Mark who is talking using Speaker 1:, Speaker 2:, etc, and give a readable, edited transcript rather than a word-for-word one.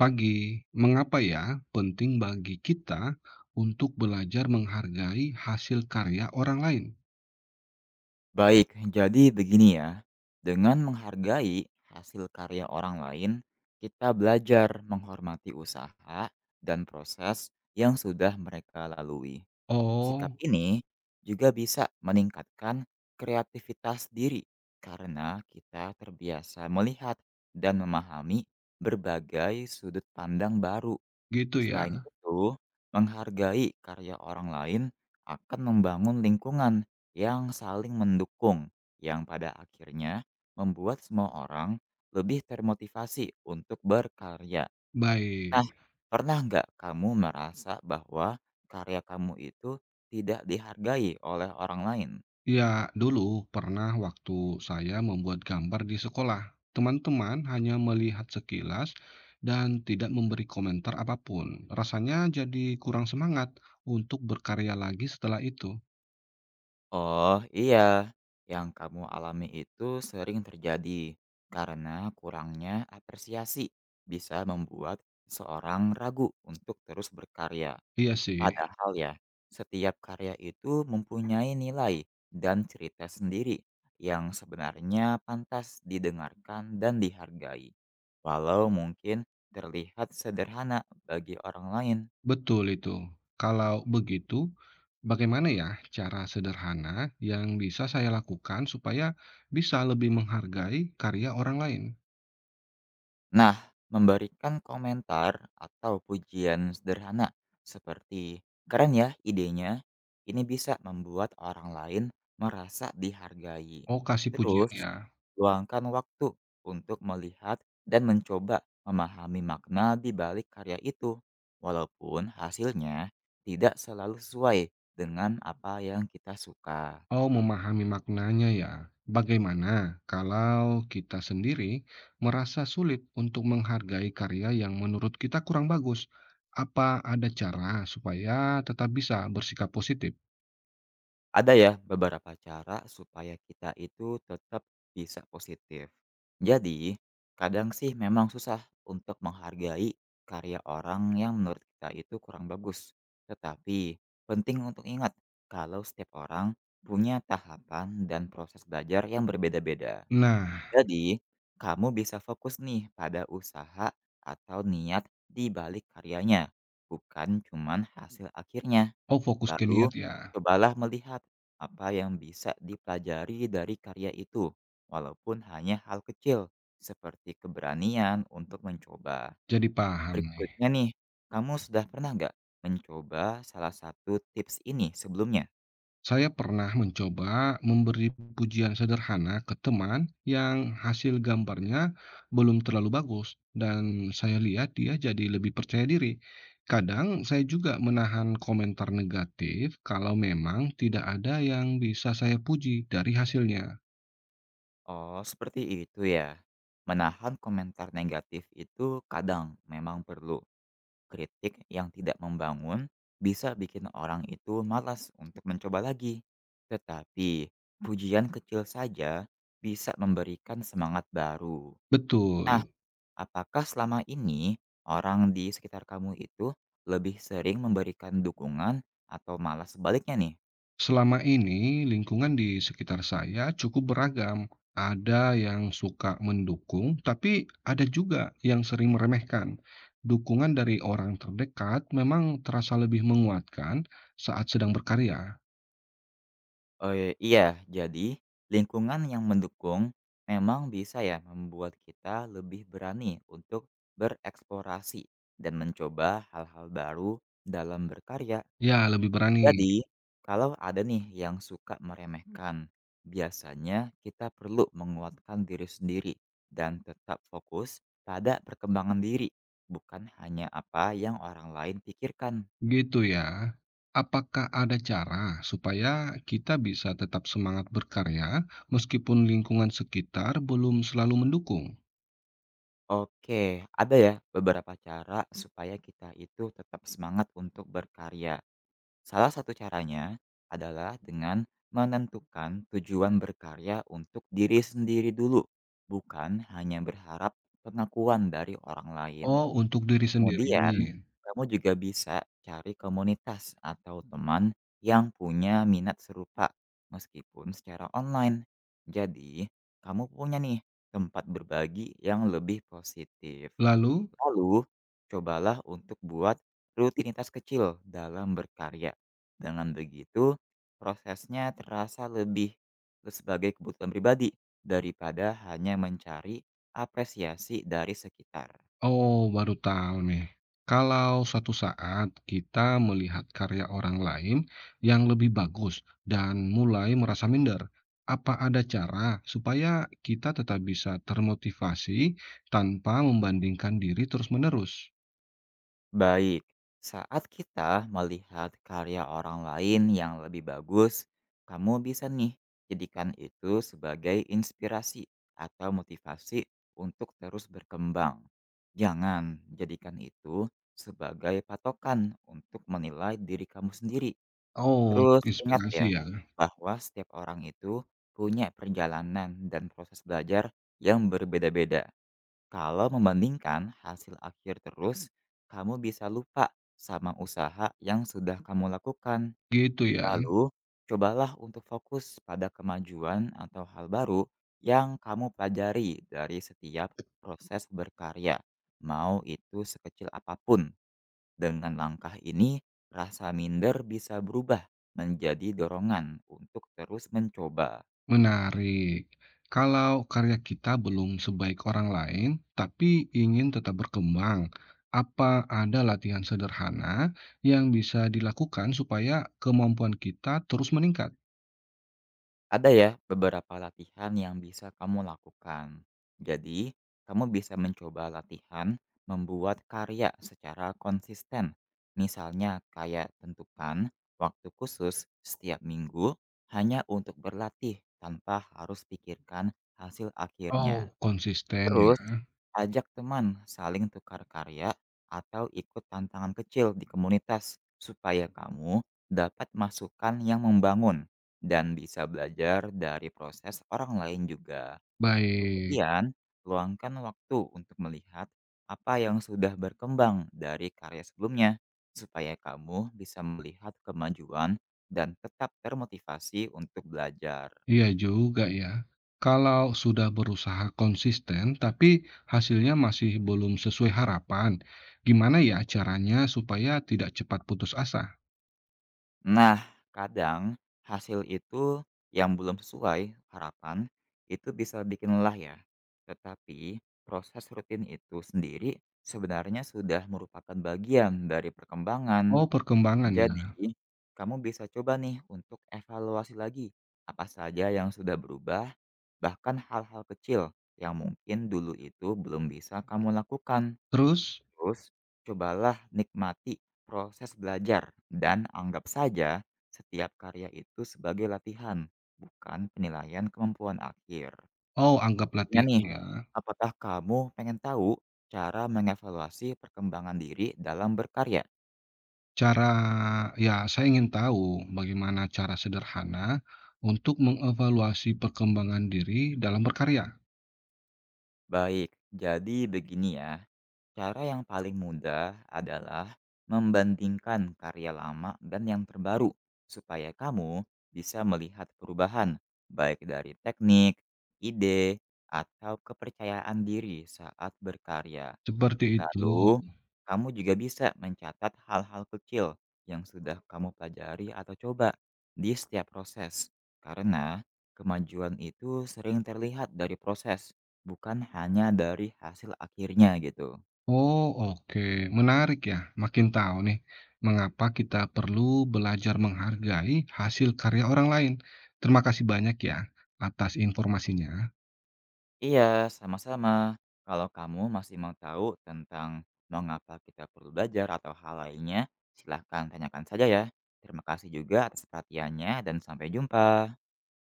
Speaker 1: Pagi, mengapa ya penting bagi kita untuk belajar menghargai hasil karya orang lain?
Speaker 2: Baik, jadi begini ya. Dengan menghargai hasil karya orang lain, kita belajar menghormati usaha dan proses yang sudah mereka lalui. Sikap
Speaker 1: Oh,
Speaker 2: ini juga bisa meningkatkan kreativitas diri karena kita terbiasa melihat dan memahami berbagai sudut pandang baru.
Speaker 1: gitu ya.
Speaker 2: Selain itu, menghargai karya orang lain akan membangun lingkungan yang saling mendukung, yang pada akhirnya membuat semua orang lebih termotivasi untuk berkarya. Nah,
Speaker 1: Baik.
Speaker 2: pernah nggak kamu merasa bahwa karya kamu itu tidak dihargai oleh orang lain?
Speaker 1: Ya, dulu pernah waktu saya membuat gambar di sekolah. Teman-teman hanya melihat sekilas dan tidak memberi komentar apapun. Rasanya jadi kurang semangat untuk berkarya lagi setelah itu.
Speaker 2: Oh, iya. Yang kamu alami itu sering terjadi karena kurangnya apresiasi bisa membuat seorang ragu untuk terus berkarya.
Speaker 1: Iya sih.
Speaker 2: Padahal ya, setiap karya itu mempunyai nilai dan cerita sendiri yang sebenarnya pantas didengarkan dan dihargai. Walau mungkin terlihat sederhana bagi orang lain.
Speaker 1: Betul itu. Kalau begitu, bagaimana ya cara sederhana yang bisa saya lakukan supaya bisa lebih menghargai karya orang lain?
Speaker 2: Nah, memberikan komentar atau pujian sederhana seperti "keren ya idenya", ini bisa membuat orang lain merasa dihargai.
Speaker 1: Oh, kasih pujian
Speaker 2: Terus,
Speaker 1: ya.
Speaker 2: luangkan waktu untuk melihat dan mencoba memahami makna di balik karya itu, walaupun hasilnya tidak selalu sesuai dengan apa yang kita suka.
Speaker 1: Oh, memahami maknanya ya. Bagaimana kalau kita sendiri merasa sulit untuk menghargai karya yang menurut kita kurang bagus? Apa ada cara supaya tetap bisa bersikap positif?
Speaker 2: Ada ya beberapa cara supaya kita itu tetap bisa positif. Jadi, kadang sih memang susah untuk menghargai karya orang yang menurut kita itu kurang bagus. Tetapi, penting untuk ingat kalau setiap orang punya tahapan dan proses belajar yang berbeda-beda.
Speaker 1: Nah,
Speaker 2: Jadi, kamu bisa fokus nih pada usaha atau niat di balik karyanya, bukan cuman hasil akhirnya.
Speaker 1: oh fokus ke
Speaker 2: Lalu,
Speaker 1: niat ya.
Speaker 2: cobalah melihat apa yang bisa dipelajari dari karya itu, walaupun hanya hal kecil, seperti keberanian untuk mencoba.
Speaker 1: Jadi paham nih.
Speaker 2: Berikutnya nih, kamu sudah pernah nggak mencoba salah satu tips ini sebelumnya?
Speaker 1: Saya pernah mencoba memberi pujian sederhana ke teman yang hasil gambarnya belum terlalu bagus, dan saya lihat dia jadi lebih percaya diri. Kadang saya juga menahan komentar negatif kalau memang tidak ada yang bisa saya puji dari hasilnya.
Speaker 2: Oh, seperti itu ya. Menahan komentar negatif itu kadang memang perlu. Kritik yang tidak membangun bisa bikin orang itu malas untuk mencoba lagi. Tetapi, pujian kecil saja bisa memberikan semangat baru. Nah,
Speaker 1: Betul.
Speaker 2: apakah selama ini orang di sekitar kamu itu lebih sering memberikan dukungan atau malah sebaliknya nih?
Speaker 1: Selama ini lingkungan di sekitar saya cukup beragam. Ada yang suka mendukung, tapi ada juga yang sering meremehkan. Dukungan dari orang terdekat memang terasa lebih menguatkan saat sedang berkarya.
Speaker 2: Iya, iya, jadi lingkungan yang mendukung memang bisa ya membuat kita lebih berani untuk bereksplorasi dan mencoba hal-hal baru dalam berkarya.
Speaker 1: Ya, lebih berani.
Speaker 2: Jadi, kalau ada nih yang suka meremehkan, biasanya kita perlu menguatkan diri sendiri dan tetap fokus pada perkembangan diri, bukan hanya apa yang orang lain pikirkan.
Speaker 1: Gitu ya. Apakah ada cara supaya kita bisa tetap semangat berkarya meskipun lingkungan sekitar belum selalu mendukung?
Speaker 2: Oke, ada ya beberapa cara supaya kita itu tetap semangat untuk berkarya. Salah satu caranya adalah dengan menentukan tujuan berkarya untuk diri sendiri dulu, bukan hanya berharap pengakuan dari orang lain.
Speaker 1: Oh, untuk diri
Speaker 2: Kemudian,
Speaker 1: sendiri.
Speaker 2: kamu juga bisa cari komunitas atau teman yang punya minat serupa, meskipun secara online. Jadi, kamu punya nih tempat berbagi yang lebih positif.
Speaker 1: Lalu?
Speaker 2: Lalu, cobalah untuk buat rutinitas kecil dalam berkarya. Dengan begitu, prosesnya terasa lebih sebagai kebutuhan pribadi daripada hanya mencari apresiasi dari sekitar.
Speaker 1: Oh, baru tahu nih. Kalau suatu saat kita melihat karya orang lain yang lebih bagus dan mulai merasa minder, apa ada cara supaya kita tetap bisa termotivasi tanpa membandingkan diri terus-menerus?
Speaker 2: Baik, saat kita melihat karya orang lain yang lebih bagus, kamu bisa nih jadikan itu sebagai inspirasi atau motivasi untuk terus berkembang. Jangan jadikan itu sebagai patokan untuk menilai diri kamu sendiri.
Speaker 1: Oh, untuk
Speaker 2: Terus ingat
Speaker 1: inspirasi
Speaker 2: ya,
Speaker 1: ya.
Speaker 2: bahwa setiap orang itu punya perjalanan dan proses belajar yang berbeda-beda. Kalau membandingkan hasil akhir terus, kamu bisa lupa sama usaha yang sudah kamu lakukan.
Speaker 1: Gitu ya.
Speaker 2: Lalu, cobalah untuk fokus pada kemajuan atau hal baru yang kamu pelajari dari setiap proses berkarya, mau itu sekecil apapun. Dengan langkah ini, rasa minder bisa berubah menjadi dorongan untuk terus mencoba.
Speaker 1: Menarik. Kalau karya kita belum sebaik orang lain, tapi ingin tetap berkembang, apa ada latihan sederhana yang bisa dilakukan supaya kemampuan kita terus meningkat?
Speaker 2: Ada ya beberapa latihan yang bisa kamu lakukan. Jadi, kamu bisa mencoba latihan membuat karya secara konsisten. Misalnya kayak tentukan waktu khusus setiap minggu hanya untuk berlatih tanpa harus pikirkan hasil akhirnya.
Speaker 1: Oh, konsisten
Speaker 2: Terus,
Speaker 1: ya.
Speaker 2: ajak teman saling tukar karya atau ikut tantangan kecil di komunitas supaya kamu dapat masukan yang membangun dan bisa belajar dari proses orang lain juga.
Speaker 1: Baik.
Speaker 2: Kemudian, luangkan waktu untuk melihat apa yang sudah berkembang dari karya sebelumnya supaya kamu bisa melihat kemajuan dan tetap termotivasi untuk belajar.
Speaker 1: Iya juga ya. Kalau sudah berusaha konsisten tapi hasilnya masih belum sesuai harapan, gimana ya caranya supaya tidak cepat putus asa?
Speaker 2: Nah, kadang hasil itu yang belum sesuai harapan itu bisa bikin lelah ya. Tetapi proses rutin itu sendiri sebenarnya sudah merupakan bagian dari
Speaker 1: Oh,
Speaker 2: perkembangan.
Speaker 1: perkembangan ya.
Speaker 2: Jadi, kamu bisa coba nih untuk evaluasi lagi apa saja yang sudah berubah, bahkan hal-hal kecil yang mungkin dulu itu belum bisa kamu lakukan.
Speaker 1: Terus?
Speaker 2: Terus, cobalah nikmati proses belajar dan anggap saja setiap karya itu sebagai latihan, bukan penilaian kemampuan akhir.
Speaker 1: Oh, anggap
Speaker 2: Ya
Speaker 1: latihan
Speaker 2: nih,
Speaker 1: ya.
Speaker 2: apakah kamu pengen tahu cara mengevaluasi perkembangan diri dalam berkarya?
Speaker 1: Cara ya saya ingin tahu bagaimana cara sederhana untuk mengevaluasi perkembangan diri dalam berkarya.
Speaker 2: Baik, jadi begini ya. Cara yang paling mudah adalah membandingkan karya lama dan yang terbaru, supaya kamu bisa melihat perubahan, baik dari teknik, ide, atau kepercayaan diri saat berkarya.
Speaker 1: Seperti itu.
Speaker 2: Lalu, kamu juga bisa mencatat hal-hal kecil yang sudah kamu pelajari atau coba di setiap proses, karena kemajuan itu sering terlihat dari proses, bukan hanya dari hasil akhirnya gitu.
Speaker 1: Oh, oke. Menarik ya. Makin tahu nih mengapa kita perlu belajar menghargai hasil karya orang lain. Terima kasih banyak ya atas informasinya.
Speaker 2: Iya, sama-sama. Kalau kamu masih mau tahu tentang mengapa kita perlu belajar atau hal lainnya, silahkan tanyakan saja ya. Terima kasih juga atas perhatiannya dan sampai jumpa.